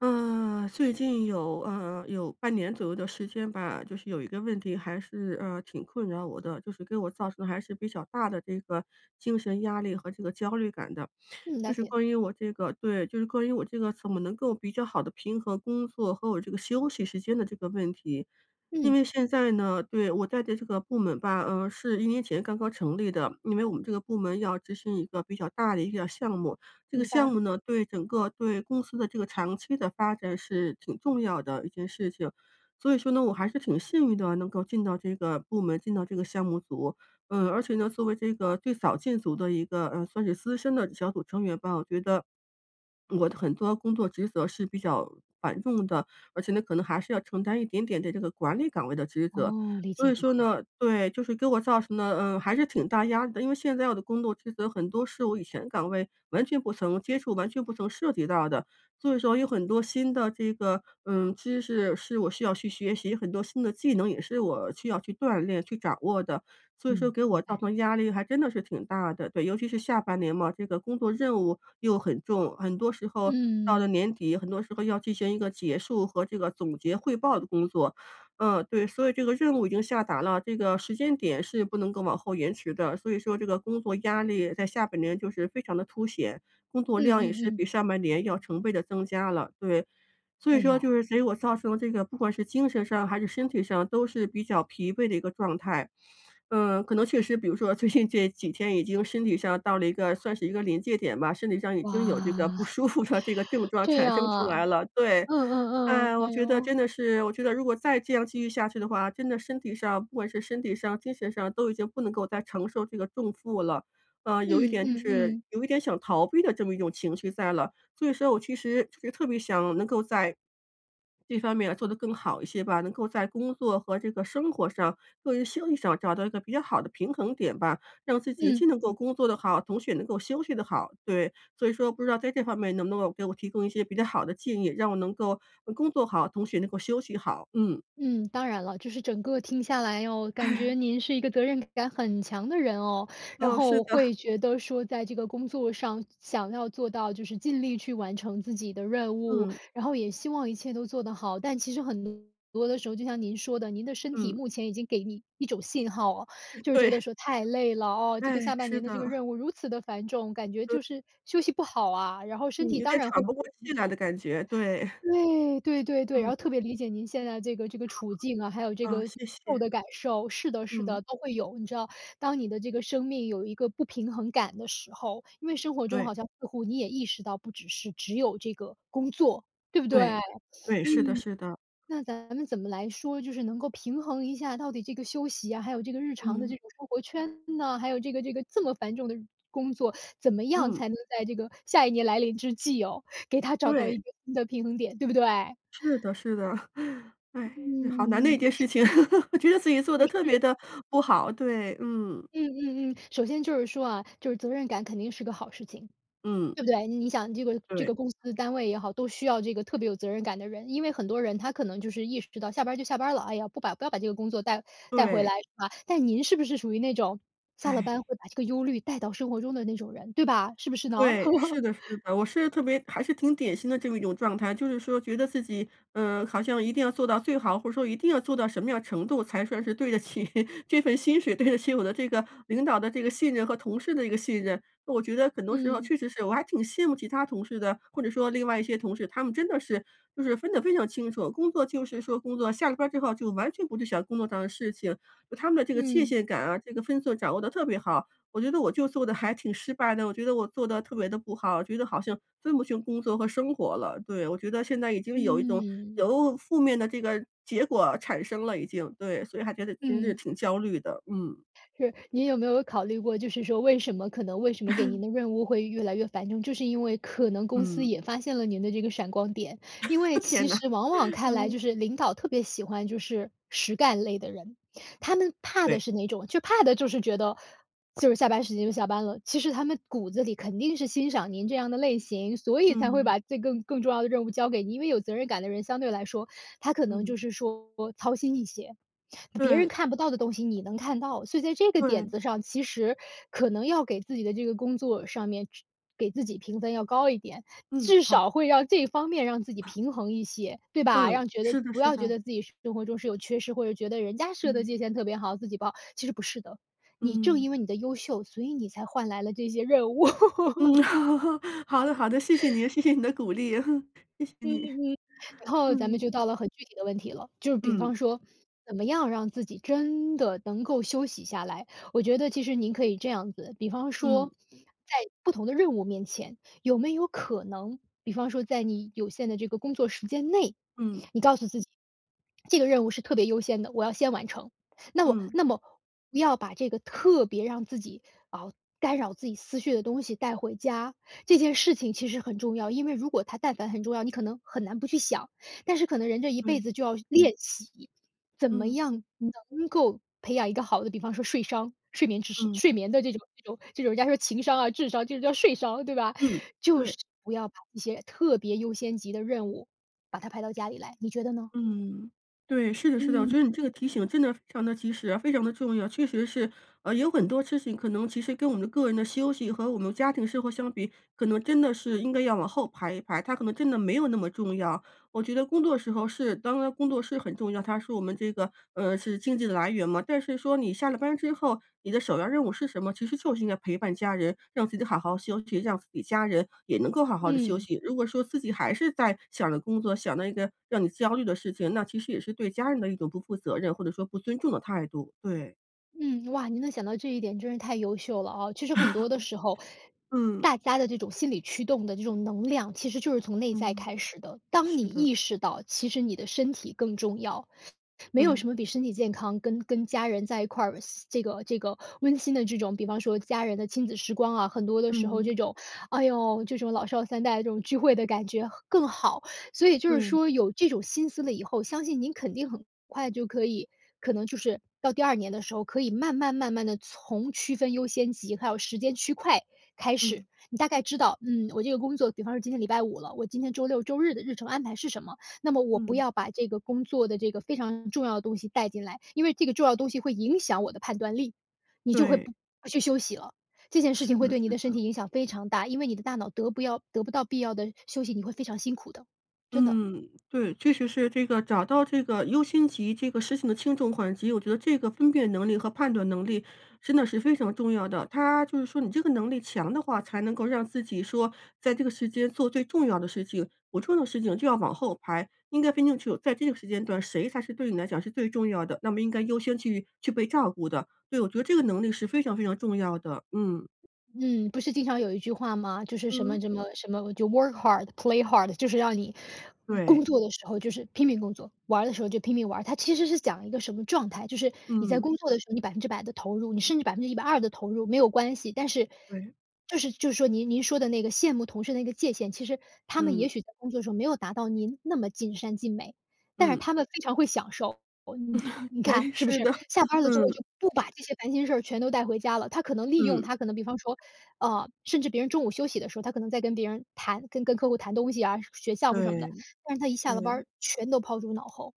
最近有半年左右的时间吧，就是有一个问题还是，挺困扰我的，就是给我造成还是比较大的这个精神压力和这个焦虑感的。嗯，就了是解，关于我这个对，就是关于我这个怎么能够比较好的平衡工作和我这个休息时间的这个问题。因嗯，为现在呢，对，我在的这个部门吧，是1年前刚刚成立的，因为我们这个部门要执行一个比较大的一个项目。这个明白。项目呢，对整个对公司的这个长期的发展是挺重要的一件事情。所以说呢，我还是挺幸运的，能够进到这个部门，进到这个项目组。而且呢，作为这个最早进组的一个，算是资深的小组成员吧，我觉得我的很多工作职责是比较繁重的，而且呢，可能还是要承担一点点的这个管理岗位的职责。哦，理所解以理说解，呢，对，就是给我造成了，还是挺大压力的。因为现在我的工作职责很多是我以前岗位完全不曾接触、完全不曾涉及到的，所以说有很多新的这个，知识是我需要去学习，很多新的技能也是我需要去锻炼、去掌握的。所以说嗯，给我明造白。成压力还真的是挺大的，对，尤其是下半年嘛，这个工作任务又很重，很多时候到了嗯，年底，很多时候要进行一个结束和这个总结汇报的工作。对，所以这个任务已经下达了，这个时间点是不能够往后延迟的。所以说这个工作压力在下半年就是非常的凸显，工作嗯量也是嗯嗯。比上半年要成倍的增加了，对。所哎以说呦，就是给我造成这个不管是精神上还是身体上都是比较疲惫的一个状态。可能确实比如说最近这几天已经身体上到了一个算是一个临界点吧，身体上已经有这个不哇！舒服的这个症 状这产样生出啊，来了，对。嗯嗯嗯，哎，我哎觉得呦，真的是，我觉得如果再这样继续下去的话，真的身体上，不管是身体上、精神上，都已经不能够再承受这个重负了。有一嗯点就嗯是嗯，有一点想逃避的这么一种情绪在了，所以说我其实就是特别想能够在这方面做得更好一些吧，能够在工作和这个生活上、个人休息上找到一个比较好的平衡点吧，让自己嗯。既能够工作的好，同时也能够休息的好。对，所以说不知道在这方面能不能够给我提供一些比较好的建议，让我能够，工作好，同学能够休息好，嗯。嗯，当然了，就是整个听下来哦，感哎，觉您是一个责任感很强的人哦。然哦，是后的。会觉得说，在这个工作上想要做到，就是尽力去完成自己的任务，嗯，然后也希望一切都做得好。但其实很多的时候，就像您说的，您的身体嗯，目前已经给你一种信号哦，就是觉得对，说太累了哦，这个哎，下半是年的，的这个任务如此的繁重，感觉对，就是休息不好啊，然后身嗯，体有当点然喘会。不过气来的感觉，对，对对对对，然嗯，后特别理解您现在这个处境啊，还有这啊，个谢谢，受的感受，是的是嗯，的，都会有。你知道，当你的这个生命有一个不平衡感的时候，因为生活中对，好像似乎你也意识到，不只是只有这个工作，对不对？对，对，是的嗯，是的，那咱们怎么来说，就是能够平衡一下，到底这个休息啊，还有这个日常的嗯，这种生活圈呢，还有这个这么繁重的工作，怎么样嗯，才能在这个下一年来临之际哦，给他找到一对，个新的平衡点，对不对？是的是的，哎，好难的嗯，一件事情，我觉得自己做的是特别是，的不好，对，嗯，嗯嗯嗯。首先就是说啊，就是责任感肯定是个好事情，嗯，对不对？你想这个这对，个公司单位也好，都需要这个特别有责任感的人，因为很多人他可能就是意识到下班儿就下班儿了，哎呀，不要把这个工作带回来，对，是吧？但您是不是属于那种下了哎。班会把这个忧虑带到生活中的那种人，对吧？是不是呢？对，是 的是的，我是特别还是挺典型的这么一种状态，就是说觉得自己，好像一定要做到最好，或者说一定要做到什么样程度才算是对得起 这份薪水，对得起我的这个领导的这个信任和同事的一个信任。我觉得很多时候嗯，确实是我还挺羡慕其他同事的，或者说另外一些同事，他们真的是就是分得非常清楚，工作就是说工作，下了班之后就完全不去想工作上的事情，就他们的这个界嗯，限感啊，这个分寸掌握的特别好。我觉得我就做的还挺失败的，我觉得我做的特别的不好，觉得好像分不清工作和生活了。对，我觉得现在已经有一种嗯，由负面的这个结果产生了已经，对，所以还觉得真是嗯。挺焦虑的。嗯，是，您有没有考虑过，就是说为什么给您的任务会越来越繁重，就是因为可能公司嗯，也发现了您的这个闪光点。因为 天其呐，实往往看来嗯，就是领导特别喜欢就是实干类的人，他们怕的对。是哪种？就怕的就是觉得就是下班时间就下班了，其实他们骨子里肯定是欣赏您这样的类型，所以才会嗯，把这更重要的任务交给你，因为有责任感的人相对来说他可能嗯，就是说操心一些，别人对，看不到的东西你能看到，所以在这个点对，子上，其实可能要给自己的这个工作上面给自己评分要高一点，嗯，至好，少会让这方面让自己平衡一些，对吧？嗯，让觉得是的，不是要的，觉得自己生活中是有缺失，或者觉得人家设的界嗯，限特别好，自己不好，其实不是的。你正嗯，因为你的优秀，所以你才换来了这些任务。嗯，好的，好的，谢谢你，谢谢你的鼓励，谢谢嗯你，嗯，然后咱们嗯，就到了很具体的问题了，就是比嗯，方说，怎么样让自己真的能够休息下来？我觉得其实您可以这样子，比方嗯，说，在不同的任务面前，有没有可能，比方说在你有限的这个工作时间内，嗯，你告诉自己，这个任务是特别优先的，我要先完成。那我嗯，那么不要把这个特别让自己啊干扰自己思绪的东西带回家，这件事情其实很重要，因为如果它但凡很重要，你可能很难不去想。但是可能人这一辈对，子就要练习，怎么嗯。样能够培养一个好的，比方说睡商、睡眠知识、嗯，睡眠的这种人家说情商啊、智商，这种叫睡商，对吧？嗯，就是对，不要把一些特别优先级的任务，把它排到家里来，你觉得呢？嗯，对，是的，是的，我嗯，觉得你这个提醒真的非常的及时啊，非常的重要。确实是，有很多事情可能其实跟我们的个人的休息和我们家庭生活相比，可能真的是应该要往后排一排，它可能真的没有那么重要。我觉得工作时候是，当然工作是很重要，它是我们这个是经济的来源嘛。但是说你下了班之后，你的首要任务是什么？其实就是应该陪伴家人，让自己好好休息，让自己家人也能够好好的休嗯。息。如果说自己还是在想着工作，想那个让你焦虑的事情，那其实也是对家人的一种不负责任或者说不尊重的态度。对，嗯，哇，您能想到这一点真是太优秀了啊！其实很多的时候，嗯大家的这种心理驱动的这种能量，其实就是从内在嗯，开始的。当你是的，意识到，其实你的身体更重要，没有对，什么比身体健康跟家人在一块儿这个温馨的这种，比方说家人的亲子时光啊，很多的时候嗯这种，哎呦，这种老少三代这种聚会的感觉更好。所以就是对，说有这种心思了以后，相信您肯定很快就可以，可能就是到第二年的时候，可以慢慢慢慢的从区分优先级，还有时间区块开嗯始。你大概知道，嗯，我这个工作，比方说今天礼拜五了，我今天周六周日的日程安排是什么？那么我不嗯。要把这个工作的这个非常重要的东西带进来，因为这个重要的东西会影响我的判断力，你就会对，不去休息了。这件事是情会的，对你是的身的。体影响非常大，因为你的大脑得不到必要的休息，你会非常辛苦的，真的。嗯，对，确实是这个找到这个优先级这个事情的轻重缓急，我觉得这个分辨能力和判断能力真的是非常重要的。他就是说你这个能力强的话，才能够让自己说在这个时间做最重要的事情，不重要的事情就要往后排，应该分清楚在这个时间段谁才是对你来讲是最重要的，那么应该优先去被照顾的。对，我觉得这个能力是非常非常重要的。嗯嗯，不是经常有一句话吗？就是什嗯，么什嗯么什么，就 work hard, play hard，就是让你工对，作的时候就是拼命工作，玩儿的时候就拼命玩儿。它其实是讲一个什么状态，就是你在嗯工作的时候，你100%的投入，你甚至120%的投入没有关系。但是对，就是说您说的那个羡慕同事的那个界限，其实他们嗯也许在工作的时候没有达到您那么尽善尽美，但是嗯，他们非常会享受。嗯，你看对，是不是是？的，下 班了之后嗯。就不把这些烦心事儿全都带回家了，他可能利用嗯，他可能比方说甚至别人中午休息的时候，他可能在跟别人谈跟客户谈东西啊，学项目什么的，对，但是他一下了班对，儿全都抛诸脑后。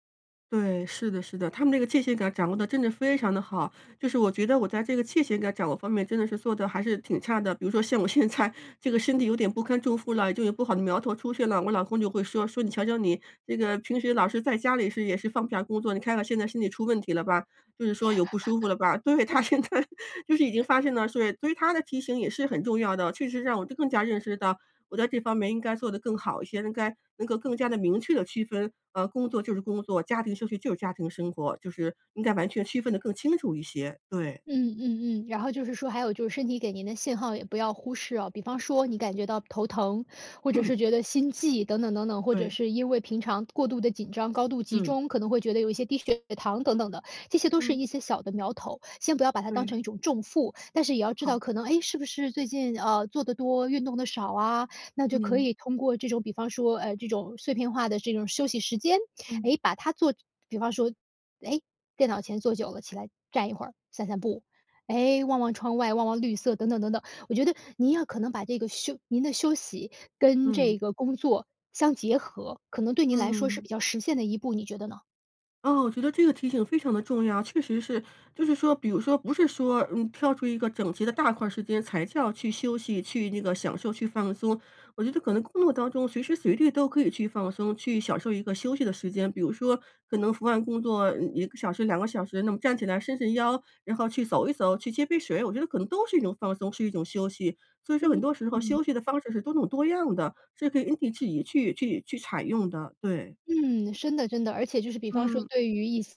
对，是的，是的，他们这个界限感掌握的真的非常的好，就是我觉得我在这个界限感掌握方面真的是做的还是挺差的。比如说像我现在这个身体有点不堪重负了，就有不好的苗头出现了，我老公就会说：“你瞧瞧你，这个平时老是在家里是也是放不下工作，你看看现在身体出问题了吧，就是说有不舒服了吧。对，他现在 就是已经发现了，所以他的提醒也是很重要的，确实让我就更加认识到我在这方面应该做得更好一些，应该能够更加的明确的区分，工作就是工作，家庭休息就是家庭生活，就是应该完全区分的更清楚一些。对，嗯嗯嗯，然后就是说，还有就是身体给您的信号也不要忽视哦，比方说你感觉到头疼，或者 是觉 得心悸等等等等，或者对，是因为平常过度的紧张、高度集嗯，中，可能会觉得有一些低血糖等等的，这些都是嗯，一些小的苗头，先不要把它当成对，一种重负，但是也要知好，道可能，哎，是不是最近做的多，运动的少啊？那就可嗯，以通过这种，比方说这种碎片化的这种休息时间，嗯，哎，把它做，比方说。哎，电脑前坐久了，起来站一会儿，散散步，哎，望望窗外，望望绿色，等等等等。我觉得您要可能把这个休您的休息跟嗯，这个工作相结合，可能对您来说是嗯。比较实现的一步，你觉得呢？哦，我觉得这个提醒非常的重要，确实是，就是说，比如说，不是说，跳出一个整齐的大块儿时间才叫去休息、去那个享受、去放松。我觉得可能工作当中随时随地都可以去放松、去享受一个休息的时间，比如说，可能伏案工作1个小时、2个小时，那么站起来伸伸腰，然后去走一走，去接杯水，我觉得可能都是一种放松，是一种休息。所以说，很嗯多时候嗯。休息的方式是多种多样的，是可以因地制宜去采用的。对，嗯，真的真的，而且就是比方说嗯对于一些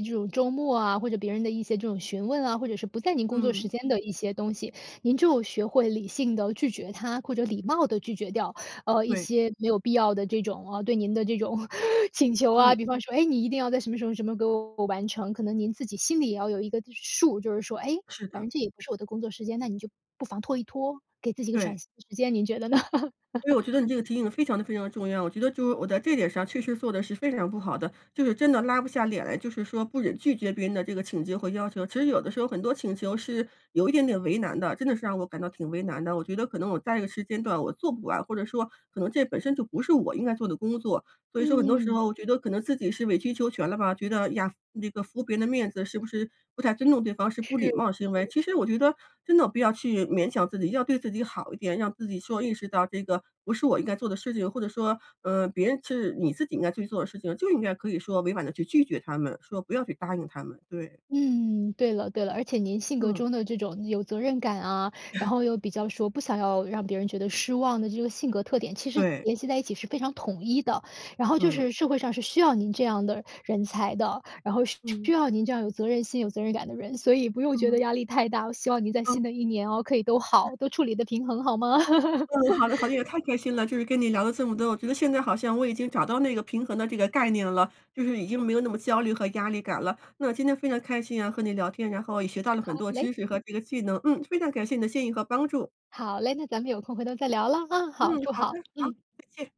这种周末啊，或者别人的一些这种询问啊，或者是不在您工作时嗯，间的一些东西，您就学会理性的拒绝他，或者礼貌的拒绝掉，一对。些没有必要的这种，啊，对您的这种 请求啊。嗯，比方说，哎，你一定要在什么什么什么给我完成，可能您自己心里也要有一个数，就是说，哎，是反的，正这也不是我的工作时间，那你就不妨拖一拖，给自己一个喘对，息的时间，您觉得呢？对，我觉得你这个提醒得非常的非常地重要。我觉得就是我在这点上确实做的是非常不好的，就是真的拉不下脸来，就是说不忍拒绝别人的这个请求和要求。其实有的时候很多请求是有一点点为难的，真的是让我感到挺为难的。我觉得可能我在这个时间段我做不完，或者说可能这本身就不是我应该做的工作。所以说很多时嗯，候我觉得可能自己是委曲求全了吧，觉得呀，那个服别人的面子是不是不太尊重对方，是不礼貌是。的行为。其实我觉得真的不要去勉强自己，要对自己好一点，让自己说意识到这个不是我应该做的事情，或者说，别人是你自己应该去做的事情，就应该可以说委婉的去拒绝他们，说不要去答应他们。对，嗯，对了对了，而且您性格嗯，中的这种有责任感啊，然后又比较说不想要让别人觉得失望的这个性格特点，其实对，联系在一起是非常统一的。然后就嗯，是社会上是需要您这样的人才的，然后需需嗯要您这样有责任心、有责任感的人，所以不用嗯觉得压嗯。力太大。我希望您在新的一年哦，可以都好，都处理的平衡，好吗？嗯，好的好的，也太开心了，就是跟你聊了这么多，我觉得现在好像我已经找到那个平衡的这个概念了，就是已经没有那么焦虑和压力感了。那今天非常开心啊，和你聊天，然后也学到了很好多嘞，知识和这个技能，非常感谢你的建议和帮助。好嘞，那咱们有空回头再聊了啊。嗯，好，祝好好，的，好，嗯。再见。